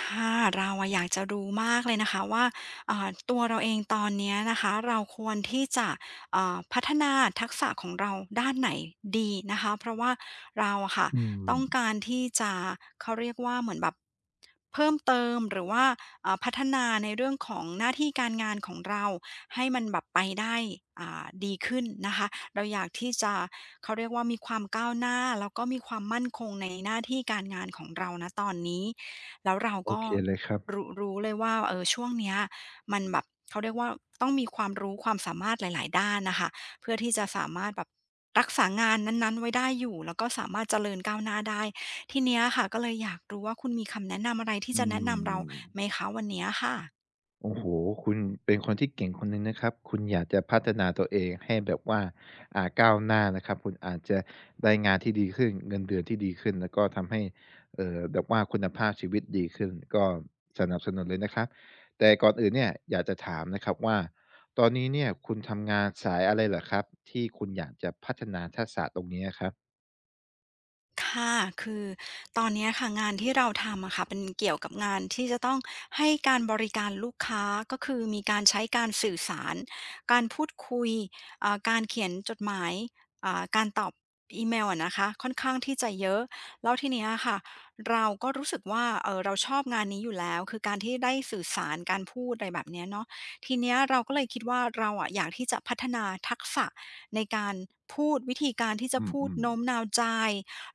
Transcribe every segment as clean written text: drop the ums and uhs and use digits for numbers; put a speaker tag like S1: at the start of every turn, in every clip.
S1: ค่ะเราอยากจะรู้มากเลยนะคะว่าตัวเราเองตอนเนี้ยนะคะเราควรที่จะพัฒนาทักษะของเราด้านไหนดีนะคะเพราะว่าเราอะค่ะ
S2: อื
S1: ต้
S2: ม
S1: องการที่จะเขาเรียกว่าเหมือนแบบเพิ่มเติมหรือว่าพัฒนาในเรื่องของหน้าที่การงานของเราให้มันแบบไปได้ดีขึ้นนะคะเราอยากที่จะเขาเรียกว่ามีความก้าวหน้าแล้วก็มีความมั่นคงในหน้าที่การงานของเราณตอนนี้ แล้วเรา
S2: โอ
S1: ก็
S2: เคเลยครับ
S1: รู้เลยว่าเออช่วงเนี้ยมันแบบเขาเรียกว่าต้องมีความรู้ความสามารถหลายๆด้านน่ะค่ะเพื่อที่จะสามารถแบบรักษางานนั้นๆไว้ได้อยู่แล้วก็สามารถเจริญก้าวหน้าได้ทีเนี้ยค่ะก็เลยอยากรู้ว่าคุณมีคำแนะนำอะไรที่
S2: อื
S1: จะแนะนำเรา
S2: ม
S1: ไหมคะวันเนี้ยค่ะ
S2: โอ้โฮคุณเป็นคนที่เก่งคนหนึ่งนะครับคุณอยากจะพัฒนาตัวเองให้แบบว่าก้าวหน้านะครับคุณอาจจะได้งานที่ดีขึ้นเงินเดือนที่ดีขึ้นแล้วก็ทำให้แบบว่าคุณภาพชีวิตดีขึ้นก็สนับสนุนเลยนะครับแต่ก่อนอื่นเนี่ยอยากจะถามนะครับว่าตอนนี้เนี่ยคุณทำงานสายอะไรเหรอครับที่คุณอยากจะพัฒนาทักษะตรงนี้อะครับ
S1: ค่ะคือตอนเนี้ยค่ะงานที่เราทำอะค่ะเป็นเกี่ยวกับงานที่จะต้องให้การบริการลูกค้าก็คือมีการใช้การสื่อสาร การพูดคุยการเขียนจดหมายการตอบอีเมลอะนะคะค่อนข้างที่จะเยอะแล้วทีเนี้ยค่ะเราก็รู้สึกว่าเราชอบงานนี้อยู่แล้วคือการที่ได้สื่อสารการพูดอะไรแบบเนี้ยเนาะทีเนี้ยเราก็เลยคิดว่าเราอะอยากที่จะพัฒนาทักษะในการพูดวิธีการที่จะ
S2: อื
S1: พูด
S2: ม
S1: โน้
S2: ๆ
S1: มน้าวใจ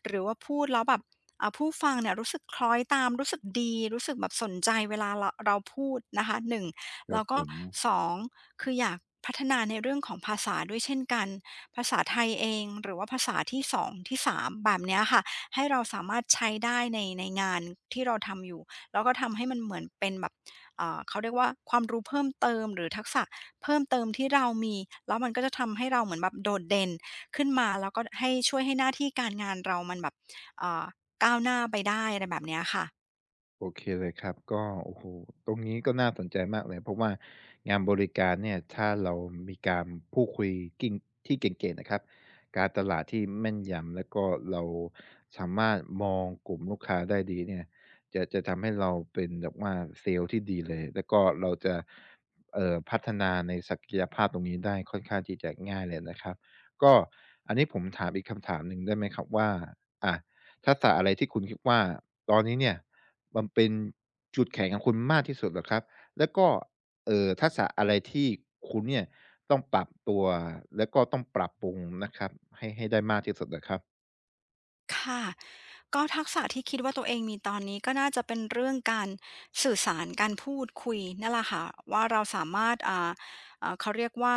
S1: หรือว่าพูดแล้วแบบผู้ฟังเนี่ยรู้สึกคล้อยตามรู้สึกดีรู้สึกแบบสนใจเวลาเราพูดนะคะ1
S2: ครั
S1: แล้
S2: บ
S1: ว
S2: ผ
S1: ก็
S2: ม
S1: สองคืออยากพัฒนาในเรื่องของภาษาด้วยเช่นกันภาษาไทยเองหรือว่าภาษาที่สองที่สามแบบเนี้ยค่ะให้เราสามารถใช้ได้ในงานที่เราทำอยู่แล้วก็ทำให้มันเหมือนเป็นแบบเขาเรียกว่าความรู้เพิ่มเติมหรือทักษะเพิ่มเติมที่เรามีแล้วมันก็จะทำให้เราเหมือนแบบโดดเด่น ขึ้นมาแล้วก็ให้ช่วยให้หน้าที่การงานเรามันแบบเอ่อก้าวหน้าไปได้อะไรแบบเนี้ยค่ะ
S2: โอเคเลยครับก็โอ้โหตรงนี้ก็น่าสนใจมากเลยเพราะว่างานบริการเนี่ยถ้าเรามีการพูดคุยกิ่งที่เก่งๆนะครับการตลาดที่แม่นยำแล้วก็เราสามารถมองกลุ่มลูกค้าได้ดีเนี่ยจะทำให้เราเป็นแบบว่าเซลล์ที่ดีเลยแล้วก็เราจะพัฒนาในศักยภาพตรงนี้ได้ค่อนข้างที่จะง่ายเลยนะครับก็อันนี้ผมถามอีกคำถามหนึ่งได้ไหมครับว่าอ่ะทักษะอะไรที่คุณคิดว่าตอนนี้เนี่ย มันเป็นจุดแข็งของคุณมากที่สุดเหรอครับแล้วก็ทักษะอะไรที่คุณเนี่ยต้องปรับตัวแล้วก็ต้องปรับปรุงนะครับให้ได้มากที่สุดอะครับ
S1: ค่ะก็ทักษะที่คิดว่าตัวเองมีตอนนี้ก็น่าจะเป็นเรื่องการสื่อสารการพูดคุยนั่นแหละค่ะว่าเราสามารถเขาเรียกว่า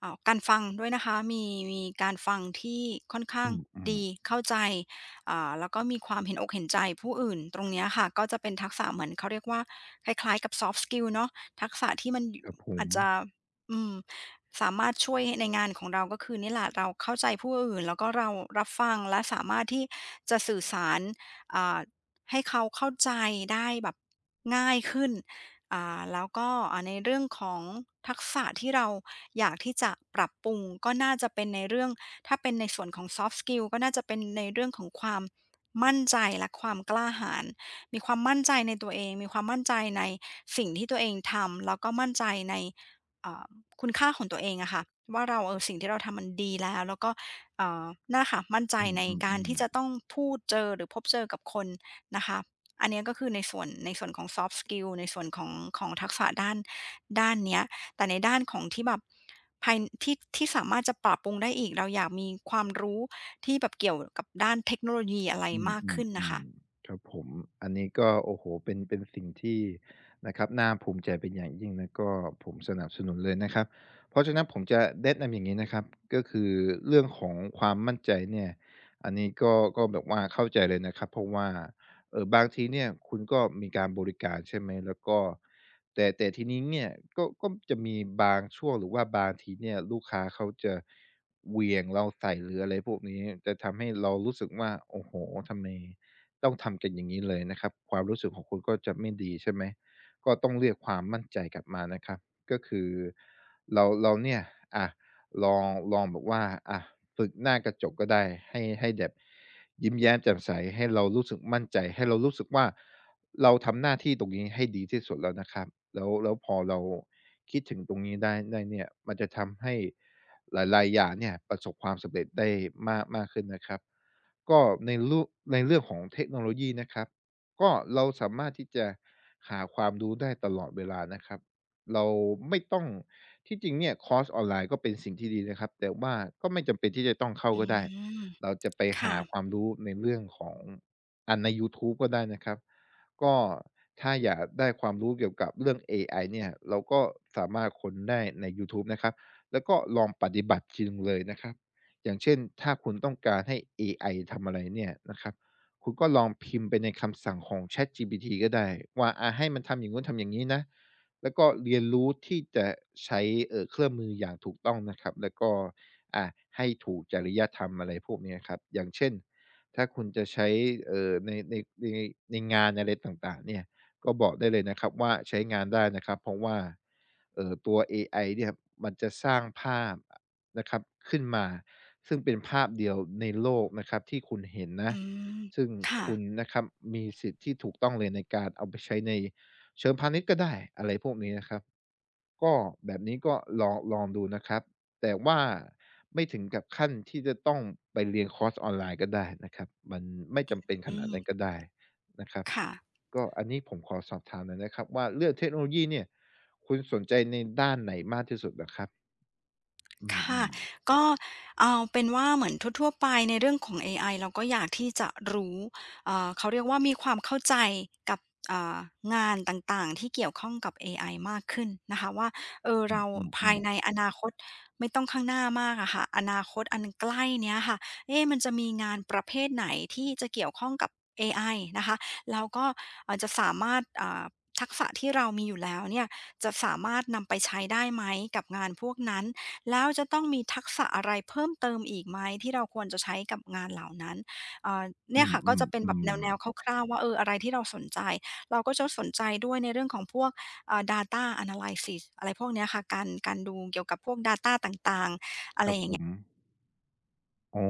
S1: การฟังด้วยนะคะมีการฟังที่ค่อนข้าง
S2: อืม
S1: ดีเข้าใจแล้วก็มีความเห็นอกเห็นใจผู้อื่นตรงเนี้ยค่ะก็จะเป็นทักษะเหมือนเขาเรียกว่าคล้ายๆกับ s อฟ t ์สกิลเนาะทักษะที่มัน
S2: ๆครับผ
S1: อา
S2: ม
S1: จจะ อืมสามารถช่วยในงานของเราก็คือนี่แหละเราเข้าใจผู้อื่นแล้วก็เรารับฟังและสามารถที่จะสื่อสารอ่าให้เขาเข้าใจได้แบบง่ายขึ้นแล้วก็ในเรื่องของทักษะที่เราอยากที่จะปรับปรุงก็น่าจะเป็นในเรื่องถ้าเป็นในส่วนของ Soft Skill ก็น่าจะเป็นในเรื่องของความมั่นใจและความกล้าหาญมีความมั่นใจในตัวเองมีความมั่นใจในสิ่งที่ตัวเองทำแล้วก็มั่นใจในอ่า คุณค่าของตัวเองอะค่ะว่าเราเออสิ่งที่เราทำมันดีแล้วแล้วก็เอ่อน่าค่ะมั่นใจ
S2: อื
S1: ในการ
S2: ม
S1: ที่จะ
S2: ๆ
S1: ต้องพูดเจอหรือพบเจอกับคนนะคะอันเนี้ยก็คือในส่วนของ Soft Skill ในส่วนของของทักษะด้านเนี้ยแต่ในด้านของที่แบบภายที่สามารถจะปรับปรุงได้อีกเราอยากมีความรู้ที่แบบเกี่ยวกับด้านเทคโนโลยีอะไร
S2: ๆอ
S1: มากขึ้นนะ
S2: ื
S1: คะ
S2: มๆๆครับผมอันนี้ก็โอ้โฮเป็นสิ่งที่นะครับน่าภูมิใจเป็นอย่างยิ่งแล้วก็ผมสนับสนุนเลยนะครับเพราะฉะนั้นผมจะแนะนำอย่างงี้นะครับก็คือเรื่องของความมั่นใจเนี่ยอันนี้ก็แบบว่าเข้าใจเลยนะครับเพราะว่า บางทีเนี่ยคุณก็มีการบริการใช่ไหมแล้วก็แต่ทีนี้เนี่ยก็จะมีบางช่วงหรือว่าบางทีเนี่ยลูกค้าเขาจะเหวี่ยงเราใส่หรืออะไรพวกนี้จะทำให้เรารู้สึกว่าโอ้โฮทำไมต้องทำกันอย่างงี้เลยนะครับความรู้สึกของคุณก็จะไม่ดีใช่ไหมก็ต้องเรียกความมั่นใจกลับมานะครับก็คือเราเนี่ยอะลองลองแบบว่าอะ ฝึกหน้ากระจกก็ได้ให้แบบยิ้มแย้มแจ่มใสให้เรารู้สึกมั่นใจให้เรารู้สึกว่าเราทำหน้าที่ตรงนี้ให้ดีที่สุดแล้วนะครับแล้วพอเราคิดถึงตรงนี้ได้เนี่ยมันจะทำให้หลายๆอย่างเนี่ยประสบความสำเร็จได้มากมากขึ้นนะครับก็ในรูปในเรื่องของเทคโนโลยีนะครับก็เราสามารถที่จะหาความรู้ได้ตลอดเวลานะครับ เราไม่ต้องที่จริงเนี่ยคอร์สออนไลน์ก็เป็นสิ่งที่ดีนะครับแต่ว่าก็ไม่จำเป็นที่จะต้องเข้า
S1: อื
S2: ก็ได้
S1: ม
S2: เราจะไป
S1: ค่ะ
S2: หาความรู้ในเรื่องของอ่านในยูทูบก็ได้นะครับก็ถ้าอยากได้ความรู้เกี่ยวกับเรื่องเอไอเนี่ยเราก็สามารถค้นได้ในยูทูบนะครับแล้วก็ลองปฏิบัติจริงเลยนะครับอย่างเช่นถ้าคุณต้องการให้เอไอทำอะไรเนี่ยนะครับคุณก็ลองพิมพ์ไปในคำสั่งของ ChatGPT ก็ได้ว่าอาให้มันทำอย่างนู้นทำอย่างนี้นะ แล้วก็เรียนรู้ที่จะใช้เครื่องมืออย่างถูกต้องนะครับแล้วก็อ่าให้ถูกจริยธรรมอะไรพวกเนี้ยครับอย่างเช่นถ้าคุณจะใช้เอ่อในในในในงานอะไรต่างๆเนี่ยก็บอกได้เลยนะครับว่าใช้งานได้นะครับเพราะว่าตัวเอไอเนี่ยมันจะสร้างภาพนะครับขึ้นมาซึ่งเป็นภาพเดียวในโลกนะครับที่คุณเห็นนะ
S1: อืม
S2: ซึ่ง
S1: ค่ะ
S2: คุณนะครับมีสิทธิ์ที่ถูกต้องเลยในการเอาไปใช้ใน เชิงพาณิชย์ก็ได้อะไรพวกนี้นะครับก็แบบนี้ก็ลองลองดูนะครับแต่ว่าไม่ถึงกับขั้นที่จะต้องไปเรียนคอร์สออนไลน์ก็ได้นะครับมันไม่จำเป็นข
S1: อื
S2: นาด
S1: ม
S2: นั้นก็ได้นะครับ
S1: ค่ะ
S2: ก็อันนี้ผมขอสอบถามหน่อยนะครับว่าเรื่องเทคโนโลยีเนี่ยคุณสนใจในด้านไหนมากที่สุดนะครับอื
S1: ค่ะ
S2: ม
S1: ก็เอาเป็นว่าเหมือนทั่วๆไปในเรื่องของเอไอเราก็อยากที่จะรู้เขาเรียกว่ามีความเข้าใจกับอ่างานต่างๆที่เกี่ยวข้องกับเอไอมากขึ้นนะคะว่าเออ
S2: ๆอื
S1: เรา
S2: มอืมอื
S1: ภาย
S2: ม
S1: ในอนาคตไม่ต้องข้างหน้ามากอะค่ะอนาคตอันใกล้เนี้ยค่ะเอ๊มันจะมีงานประเภทไหนที่จะเกี่ยวข้องกับเอไอนะคะแล้วก็จะสามารถทักษะที่เรามีอยู่แล้วเนี่ยจะสามารถนำไปใช้ได้ไหมกับงานพวกนั้น แล้วจะต้องมีทักษะอะไรเพิ่มเติมอีกไหมที่เราควรจะใช้กับงานเหล่านั้นเอ่อ
S2: อื
S1: เนี่ย
S2: ม
S1: ค่ะ
S2: อื
S1: ก็
S2: ม
S1: จะเป็น
S2: อื
S1: แบบ
S2: ม
S1: แนวๆคร่าวๆว่าเอออะไรที่เราสนใจเราก็จะสนใจด้วยในเรื่องของพวกData Analysis อะไรพวกเนี้ยค่ะการดูเกี่ยวกับพวก Data ต่าง
S2: ครับผม อ๋อ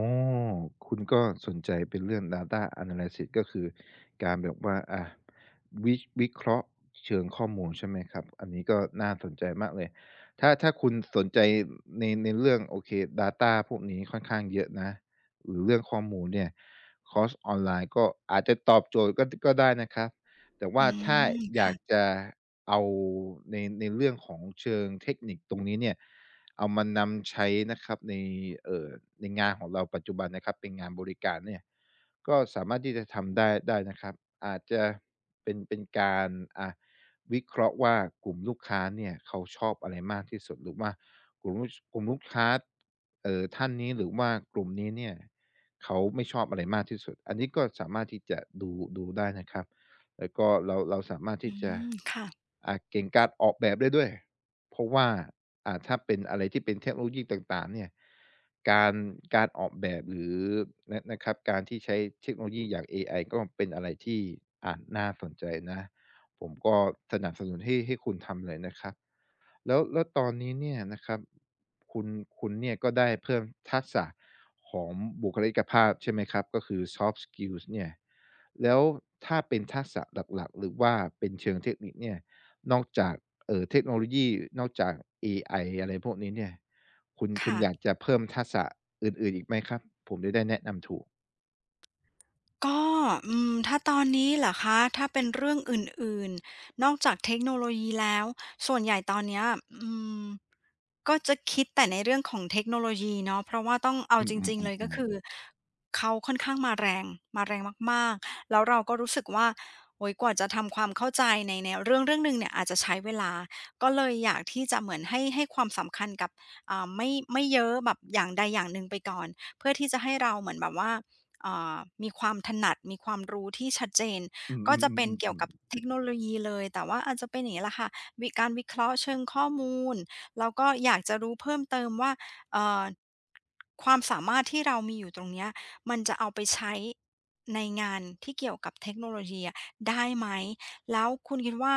S2: คุณก็สนใจเป็นเรื่อง Data Analysis ก็คือการแบบว่าอาวิวิเคราะห์เชิงข้อมูลใช่ไหมครับอันนี้ก็น่าสนใจมากเลยถ้าคุณสนใจในเรื่องโอเค Data พวกนี้ค่อนข้างเยอะนะหรือเรื่องข้อมูลเนี่ยคอร์สออนไลน์ก็อาจจะตอบโจทย์ก็ได้นะครับแต่
S1: ๆ
S2: ว่าถ้า
S1: ม
S2: อยากจะเอาในเรื่องของเชิงเทคนิคตรงนี้เนี่ย เอามานำใช้นะครับในเอ่อในงานของเราปัจจุบันนะครับเป็นงานบริการเนี่ยก็สามารถที่จะทำได้นะครับอาจจะเป็นการอ่ะวิเคราะห์ว่ากลุ่มลูกค้าเนี่ยเขาชอบอะไรมากที่สุดหรือว่ากลุ่มลูกค้าท่านนี้หรือว่ากลุ่มนี้เนี่ยเขาไม่ชอบอะไรมากที่สุดอันนี้ก็สามารถที่จะดูได้นะครับแล้วก็เราสามารถ
S1: อื
S2: ที่จะ
S1: ค่ะ
S2: เก่งการออกแบบได้ด้วยเพราะว่า ถ้าเป็นอะไรที่เป็นเทคโนโลยีต่างๆเนี่ยการการออกแบบหรือนะครับการที่ใช้เทคโนโลยีอย่างเอไอก็เป็นอะไรที่น่าสนใจนะผมก็สนับสนุนให้คุณทำเลยนะครับแล้วตอนนี้เนี่ยนะครับคุณคุณเนี่ยก็ได้เพิ่มทักษะของบุคลิกภาพใช่ไหมครับก็คือ soft skills เนี่ยแล้วถ้าเป็นทักษะหลักๆหรือว่าเป็นเชิงเทคนิคเนี่ยนอกจาก เทคโนโลยีนอกจากเอไออะไรพวกนี้เนี่ยคุณ
S1: ค่ะ
S2: อยากจะเพิ่มทักษะอื่นๆอีกไหมครับผมจะได้แนะนำถูก
S1: ก็ถ้าตอนนี้เหรอคะถ้าเป็นเรื่องอื่นๆนอกจากเทคโนโลยีแล้วส่วนใหญ่ตอนเนี้ยอืมก็จะคิดแต่ในเรื่องของเทคโนโลยีเนาะเพราะว่าต้องเอา
S2: อืม
S1: จริงๆเลยก็คื
S2: ๆ
S1: อ
S2: ๆๆ
S1: เขาค่อนข้างมาแรงมาแรงมากๆแล้วเราก็รู้สึกว่าโอ้โฮกว่าจะทำความเข้าใจในเรื่องหนึ่งเนี่ยอาจจะใช้เวลาก็เลยอยากที่จะเหมือนให้ความสำคัญกับไม่เยอะแบบอย่างใดอย่างหนึ่งไปก่อนเพื่อที่จะให้เราเหมือนแบบว่า อ่ามีความถนัดมีความรู้ที่ชัดเจน
S2: อืม
S1: ก็จะเป็น
S2: ๆ
S1: เกี่ยว
S2: ๆๆ
S1: กับ
S2: ๆ
S1: เทคโนโลยีเลยแต่ว่าอาจจะเป็นอย่างนี้แหละค่ะการวิเคราะห์เชิงข้อมูลแล้วก็อยากจะรู้เพิ่มเติมว่าเอ่อความสามารถที่เรามีอยู่ตรงเนี้ยมันจะเอาไปใช้ในงานที่เกี่ยวกับเทคโนโลยีอะได้ไหมแล้วคุณคิดว่า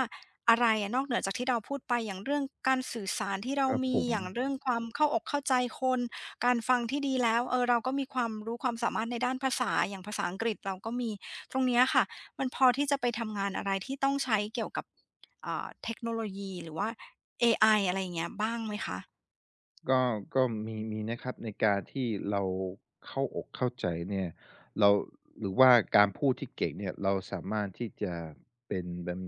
S1: อะไรอะนอกเหนือจากที่เราพูดไปอย่างเรื่องการสื่อสารที่เรา
S2: ครับ
S1: มี
S2: ผม
S1: อย่างเรื่องความเข้าอกเข้าใจคน การฟังที่ดีแล้วเออเราก็มีความรู้ความสามารถในด้านภาษาอย่างภาษาอังกฤษเราก็มีตรงเนี้ยค่ะมันพอที่จะไปทำงานอะไรที่ต้องใช้เกี่ยวกับเทคโนโลยีหรือว่าเอไออะไรอย่างเงี้ยบ้างไหมคะ
S2: ก็ก็มีนะครับในการที่เราเข้าอกเข้าใจเนี่ยเราหรือว่าการพูดที่เก่งเนี่ยเราสามารถที่จะเป็นแบบ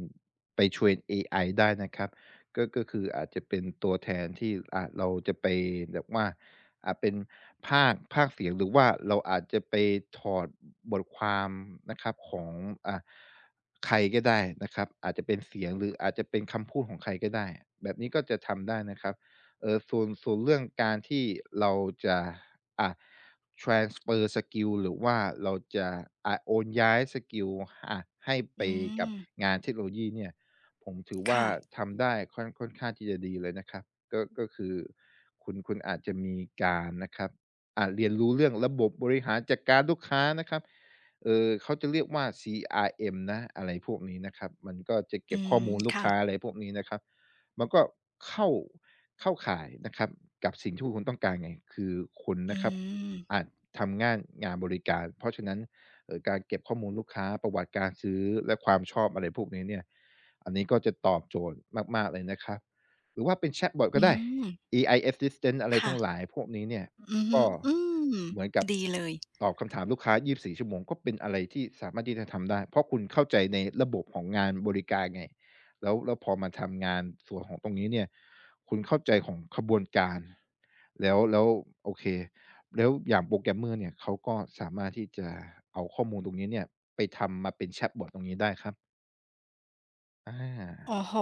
S2: ไป train เอไอได้นะครับก็คืออาจจะเป็นตัวแทนที่เราจะไปแบบว่าเป็นพากย์เสียงหรือว่าเราอาจจะไปถอดบทความนะครับของอ่าใครก็ได้นะครับอาจจะเป็นเสียงหรืออาจจะเป็นคำพูดของใครก็ได้แบบนี้ก็จะทำได้นะครับ เออส่วนเรื่องการที่เราจะอ่ะ transfer skill หรือว่าเราจะโอนย้ายสกิลอ่ะให้ไป
S1: อื
S2: กับ
S1: ม
S2: งานเทคโนโลยีเนี่ยผมถือว่า
S1: ค่ะ
S2: ทำได้ค่อนข้างที่จะดีเลยนะครับก็คือคุณอาจจะมีการนะครับเรียนรู้เรื่องระบบบริหารจัดการลูกค้านะครับเออเขาจะเรียกว่า CRM นะอะไรพวกนี้นะครับมันก็จะเก็
S1: อื
S2: บข้อ
S1: ม
S2: มูลลูก
S1: ค่ะ
S2: ค้าอะไรพวกนี้นะครับ มันก็เข้าเข้าข่ายนะครับกับสิ่งที่คุณต้องการไงคือคุณ
S1: อื
S2: นะครับ
S1: ม
S2: อาจทำง่านงานบริการเพราะฉะนั้นการเก็บข้อมูลลูกค้าประวัติการซื้อและความชอบอะไรพวกนี้เนี่ยอันนี้ก็จะตอบโจทย์มากๆเลยนะครับหรือว่าเป็นแชตบอตก็
S1: อื
S2: ได้
S1: ม
S2: AI Assistant อะไร
S1: ค่ะ
S2: ทั้งหลายพวกนี้เนี่ย
S1: อือฮึ
S2: ก็
S1: อืม
S2: เหมือนกับ
S1: ดีเลย
S2: ตอบคำถามลูกค้า24 ชั่วโมงก็เป็นอะไรที่สามารถที่จะทำได้เพราะคุณเข้าใจในระบบของงานบริการไง แล้วพอมาทำงานส่วนของตรงนี้เนี่ยคุณเข้าใจของขบวนการแล้วโอเคแล้วอย่าง Programmer เนี่ยเขาก็สามารถที่จะเอาข้อมูลตรงนี้เนี่ยไปทำมาเป็น Chatbot ตรงนี้ได้ครับอ
S1: โอ้
S2: า
S1: โห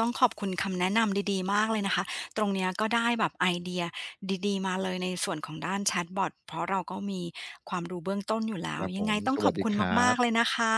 S1: ต้องขอบคุณคำแนะนำดีๆมากเลยนะคะ ตรงเนี้ยก็ได้แบบไอเดียดีๆมาเลยในส่วนของด้านแชตบอตเพราะเราก็มีความรู้เบื้องต้นอยู่แล้
S2: ค
S1: ว
S2: รับ
S1: ยั
S2: ผ
S1: งไง
S2: ม
S1: ต้อ
S2: ส
S1: งข
S2: วั
S1: อ
S2: ส
S1: บ
S2: ดี
S1: คุณ
S2: ครั
S1: มากๆเลย
S2: บ
S1: นะคะ